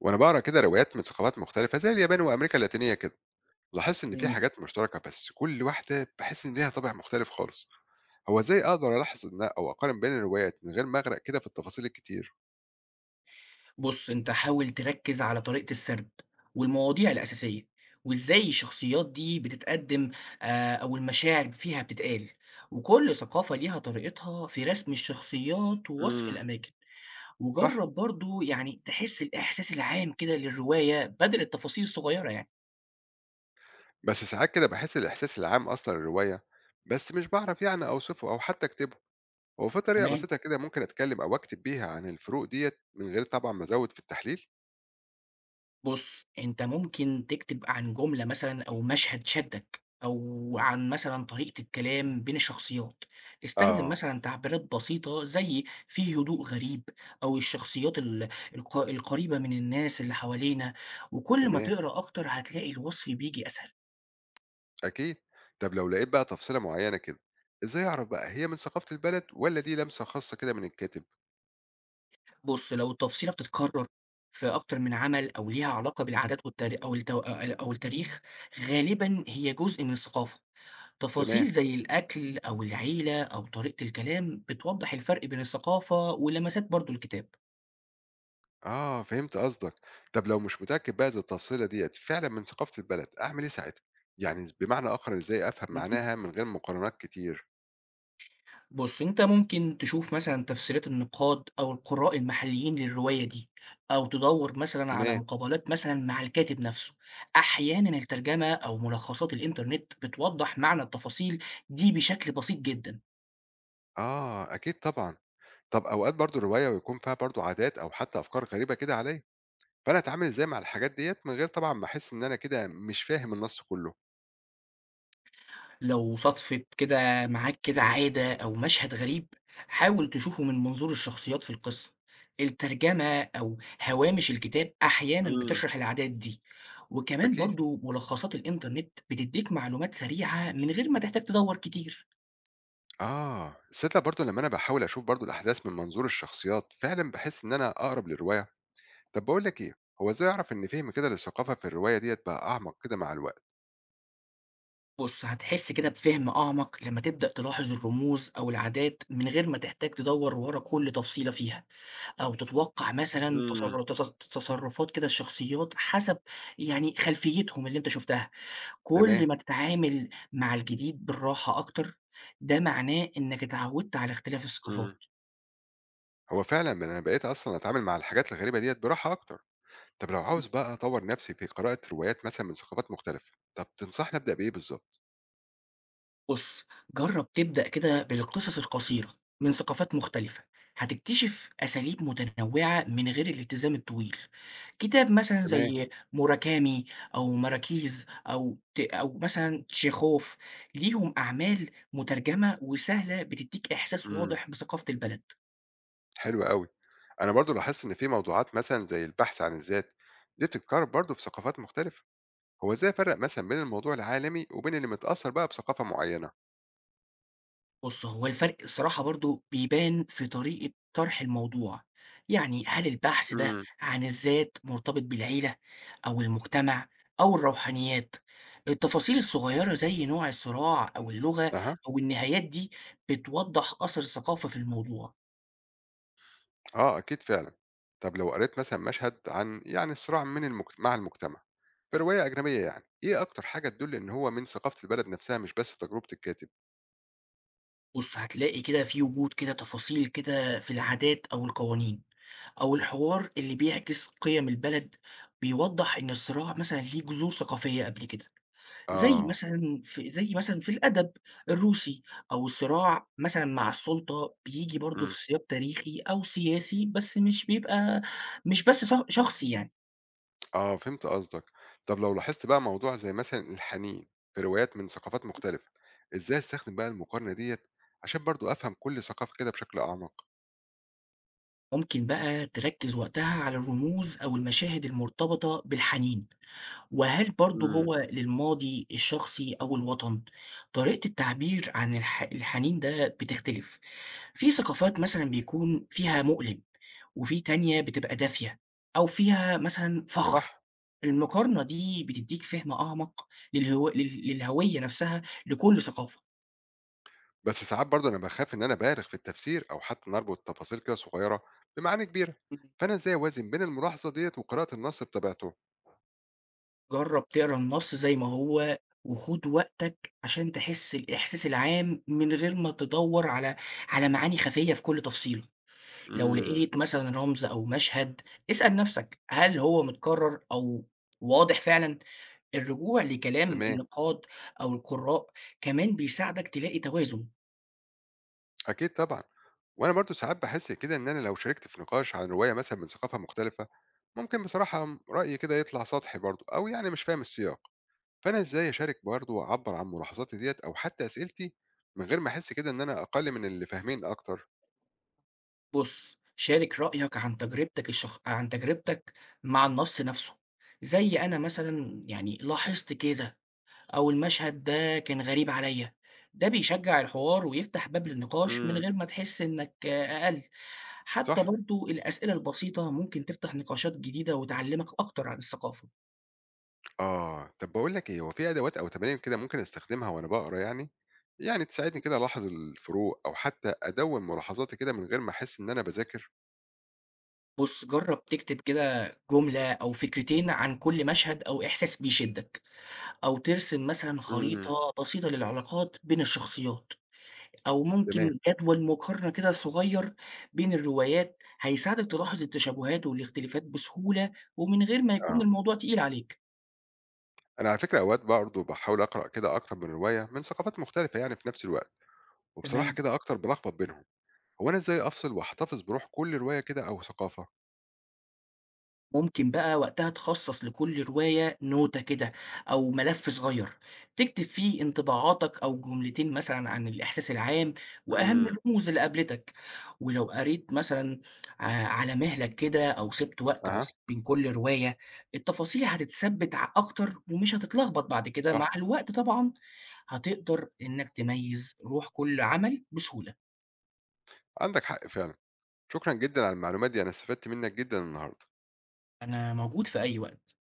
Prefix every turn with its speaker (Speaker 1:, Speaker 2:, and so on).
Speaker 1: وانا بقرا كده روايات من ثقافات مختلفه زي اليابان وامريكا اللاتينيه كده، لاحظت ان في
Speaker 2: إمم.
Speaker 1: حاجات مشتركه بس كل واحده بحس ان ليها طابع مختلف خالص. هو ازاي اقدر الاحظ ان او اقارن بين الروايات من غير ما اغرق كده في التفاصيل الكتير؟
Speaker 2: بُص، أنت حاول تركّز على طريقة السرد والمواضيع الأساسية وإزاي الشخصيات دي بتتقدّم أو المشاعر فيها بتتقال، وكل ثقافة ليها طريقتها في رسم الشخصيات ووصف
Speaker 1: امم.
Speaker 2: الأماكن،
Speaker 1: صح،
Speaker 2: وجرّب برضه يعني تحس الإحساس العام كده للرواية بدل التفاصيل الصغيّرة يعني،
Speaker 1: بس ساعات كده بحس الاحساس العام اصلا الروايه بس مش بعرف يعني اوصفه او حتى اكتبه. هو في طريقه
Speaker 2: تمام؟
Speaker 1: بسيطه كده ممكن اتكلم او اكتب بيها عن الفروق ديت من غير طبعا ما ازود في التحليل؟
Speaker 2: بُص، أنت ممكن تكتب عن جملة مثلًا أو مشهد شدّك، أو عن مثلًا طريقة الكلام بين الشخصيات، استخدم
Speaker 1: اه،
Speaker 2: مثلًا تعبيرات بسيطة زي في هدوء غريب، أو الشخصيات ال الق القريبة من الناس اللي حوالينا، وكل ما
Speaker 1: تمام،
Speaker 2: تقرا أكتر هتلاقي الوصف بييجي أسهل.
Speaker 1: أكيد. طب لو لقيت بقى تفصيلة معينة كده، إزاي أعرف بقى هي من ثقافة البلد ولا دي لمسة خاصة كده من الكاتب؟
Speaker 2: بُص، لو التفصيلة بتتكرر في أكتر من عمل أو ليها علاقة بالعادات والتار أو التو أ أو التاريخ، غالبًا هي جزء من الثقافة.
Speaker 1: تمام،
Speaker 2: تفاصيل زي الأكل أو العيلة أو طريقة الكلام بتوضح الفرق بين الثقافة ولمسات برضو الكتاب.
Speaker 1: آه فهمت قصدك. طب لو مش متأكد بقى إذا التفصيلة ديت فعلا من ثقافة البلد أعمل إيه ساعتها؟ يعني بمعنى آخر، إزاي أفهم
Speaker 2: مم.
Speaker 1: معناها من غير مقارنات كتير؟
Speaker 2: بص أنت ممكن تشوف مثلا تفسيرات النقاد أو القراء المحليين للرواية دي أو تدور مثلا على
Speaker 1: تمام،
Speaker 2: مقابلات مثلا مع الكاتب نفسه. أحيانا الترجمة أو ملخصات الإنترنت بتوضح معنى التفاصيل دي بشكل بسيط جدا.
Speaker 1: آه أكيد طبعا. طب أوقات برضو الرواية ويكون فيها برضو عادات أو حتى أفكار غريبة كده عليا، فأنا أتعامل إزاي مع الحاجات ديت من غير طبعا ما أحس إن أنا كده مش فاهم النص كله؟
Speaker 2: لو صادفت كده معاك كده عادة أو مشهد غريب، حاول تشوفه من منظور الشخصيات في القصة. الترجمة أو هوامش الكتاب أحيانا
Speaker 1: امم
Speaker 2: بتشرح العادات دي، وكمان
Speaker 1: أكيد.
Speaker 2: برضو ملخصات الإنترنت بتديك معلومات سريعة من غير ما تحتاج تدور كتير.
Speaker 1: آه، تصدق برضه لمّا أنا باحاول أشوف برضه الأحداث من منظور الشخصيات، فعلًا باحس إن أنا أقرب للرواية. طب باقول لك إيه، هو إزاي أعرف إن فهمي كده للثقافة في الرواية ديّة بقى أعمق كده مع الوقت؟
Speaker 2: بص هتحس كده بفهم أعمق لما تبدأ تلاحظ الرموز أو العادات من غير ما تحتاج تدور ورا كل تفصيلة فيها، أو تتوقع مثلا
Speaker 1: إمم،
Speaker 2: تصرفات كده الشخصيات حسب يعني خلفيتهم اللي أنت شفتها.
Speaker 1: تمام.
Speaker 2: كل ما تتعامل مع الجديد بالراحة أكتر، ده معناه إنك اتعودت على اختلاف الثقافات.
Speaker 1: إمم. هو فعلًا ما أنا بقيت أصلًا أتعامل مع الحاجات الغريبة ديّة براحة أكتر. طب لو عاوز بقى أطوّر نفسي في قراءة روايات مثلًا من ثقافات مختلفة، طب تنصحني أبدأ بإيه بالضبط؟
Speaker 2: بُص، جرّب تبدأ كده بالقصص القصيرة من ثقافات مختلفة، هتكتشف أساليب متنوعة من غير الالتزام الطويل. كتاب مثلًا
Speaker 1: تمام،
Speaker 2: زي موراكامي أو مراكيز أو مثلًا تشيخوف، ليهم أعمال مترجمة وسهلة بتدّيك إحساس
Speaker 1: إمم.
Speaker 2: واضح بثقافة البلد.
Speaker 1: حلو أوي. أنا برضه لاحظت إن في موضوعات مثلًا زي البحث عن الذات، دي بتتكرر برضه في ثقافات مختلفة. هو إزاي أفرّق مثلًا بين الموضوع العالمي وبين اللي متأثّر بقى بثقافة معيّنة؟
Speaker 2: بُص، هو الفرق الصراحة برضه بيبان في طريقة طرح الموضوع، يعني هل البحث ده
Speaker 1: إمم.
Speaker 2: عن الذات مرتبط بالعيلة أو المجتمع أو الروحانيات؟ التفاصيل الصغيرة زي نوع الصراع أو اللغة
Speaker 1: أها،
Speaker 2: أو النهايات دي بتوضح أثر الثقافة في الموضوع.
Speaker 1: آه أكيد فعلًا. طَب لو قريت مثلًا مشهد عن يعني صراع من المجت مع المجتمع في رواية أجنبية يعني، إيه أكتر حاجة تدُل إن هو من ثقافة البلد نفسها مش بس تجربة الكاتب؟
Speaker 2: بُص هتلاقي كده في وجود كده تفاصيل كده في العادات أو القوانين، أو الحوار اللي بيعكس قيم البلد بيوضح إن الصراع مثلًا ليه جذور ثقافية قبل كده. زي
Speaker 1: آه،
Speaker 2: مثلًا في الأدب الروسي، أو الصراع مثلًا مع السُلطة بييجي برضه
Speaker 1: إمم.
Speaker 2: في سياق تاريخي أو سياسي، بس مش بيبقى مش بس شخصي يعني.
Speaker 1: آه فهمت قصدك. طَب لو لاحظت بقى موضوع زي مثلًا الحنين في روايات من ثقافات مختلفة، إزاي أستخدم بقى المقارنة ديّة عشان برضه أفهم كل ثقافة كده بشكل أعمق؟
Speaker 2: ممكن بقى تركّز وقتها على الرموز أو المشاهد المرتبطة بالحنين، وهل برضه
Speaker 1: إمم.
Speaker 2: هو للماضي الشخصي أو الوطن؟ طريقة التعبير عن الحنين ده بتختلف، في ثقافات مثلًا بيكون فيها مؤلم، وفي تانية بتبقى دافية أو فيها مثلًا فخر.
Speaker 1: صح.
Speaker 2: المقارنة دي بتدّيك فهم أعمق للهوية نفسها لكل ثقافة.
Speaker 1: بس ساعات برضه أنا باخاف إن أنا أبالغ في التفسير أو حتى إن أربط تفاصيل كده صغيرة بمعاني كبيرة،
Speaker 2: إمم.
Speaker 1: فأنا إزاي أوازن بين الملاحظة ديت وقراءة النص بطبيعته؟
Speaker 2: جرّب تقرا النص زي ما هو وخُد وقتك عشان تحس الإحساس العام من غير ما تدوّر على معاني خفية في كل تفصيلة. لو
Speaker 1: امم
Speaker 2: لقيت مثلًا رمز أو مشهد، اسأل نفسك هل هو متكرر أو واضح فعلًا؟ الرجوع لكلام
Speaker 1: تمام،
Speaker 2: النقاد أو القراء كمان بيساعدك تلاقي توازن.
Speaker 1: أكيد طبعا. وأنا برضه ساعات بحس كده إن أنا لو شاركت في نقاش عن رواية مثلا من ثقافة مختلفة ممكن بصراحة رأيي كده يطلع سطحي برضه أو يعني مش فاهم السياق، فأنا إزاي أشارك برضه وأعبر عن ملاحظاتي ديت أو حتى أسئلتي من غير ما أحس كده إن أنا أقل من اللي فاهمين أكتر؟
Speaker 2: بُص، شارك رأيك عن تجربتك مع النص نفسه، زي أنا مثلًا يعني لاحظت كذا، أو المشهد ده كان غريب عليَّ، ده بيشجع الحوار ويفتح باب للنقاش من
Speaker 1: امم
Speaker 2: غير ما تحس إنك أقل، حتى
Speaker 1: صح؟
Speaker 2: برضه الأسئلة البسيطة ممكن تفتح نقاشات جديدة وتعلمك أكتر عن الثقافة.
Speaker 1: آه، طب باقول لك إيه، هو في أدوات أو تمارين كده ممكن أستخدمها وأنا باقرا يعني، يعني تساعدني كده ألاحظ الفروق أو حتى أدوّن ملاحظاتي كده من غير ما أحس إن أنا باذاكر؟
Speaker 2: بُص جرب تكتب كده جملة أو فكرتين عن كل مشهد أو إحساس بيشدك، أو ترسم مثلًا
Speaker 1: امم.
Speaker 2: خريطة بسيطة للعلاقات بين الشخصيات. أو
Speaker 1: تمام،
Speaker 2: ممكن جدول مقارنة كده صغير بين الروايات، هيساعدك تلاحظ التشابهات والاختلافات بسهولة ومن غير ما
Speaker 1: آه.
Speaker 2: يكون الموضوع تقيل عليك.
Speaker 1: أنا على فكرة أوقات برضه باحاول أقرأ كده أكتر من رواية من ثقافات مختلفة يعني في نفس الوقت، وبصراحة
Speaker 2: تمام.
Speaker 1: كده أكتر بالخبط بينهم، هو أنا إزاي أفصل وأحتفظ بروح كل رواية كده أو ثقافة؟
Speaker 2: ممكن بقى وقتها تخصص لكل رواية نوتة كده أو ملف صغير تكتب فيه انطباعاتك أو جملتين مثلا عن الإحساس العام وأهم
Speaker 1: امم.
Speaker 2: الرموز اللي قابلتك. ولو قريت مثلا على مهلك كده أو سبت وقت
Speaker 1: أها،
Speaker 2: بسيط بين كل رواية، التفاصيل هتتثبت أكتر ومش هتتلخبط بعد كده
Speaker 1: صح،
Speaker 2: مع الوقت طبعا. هتقدر إنك تميز روح كل عمل بسهولة.
Speaker 1: عندك حق فعلًا. شكرًا جدًا على المعلومات دي، أنا استفدت منك جدًا النهارده.
Speaker 2: أنا موجود في أي وقت.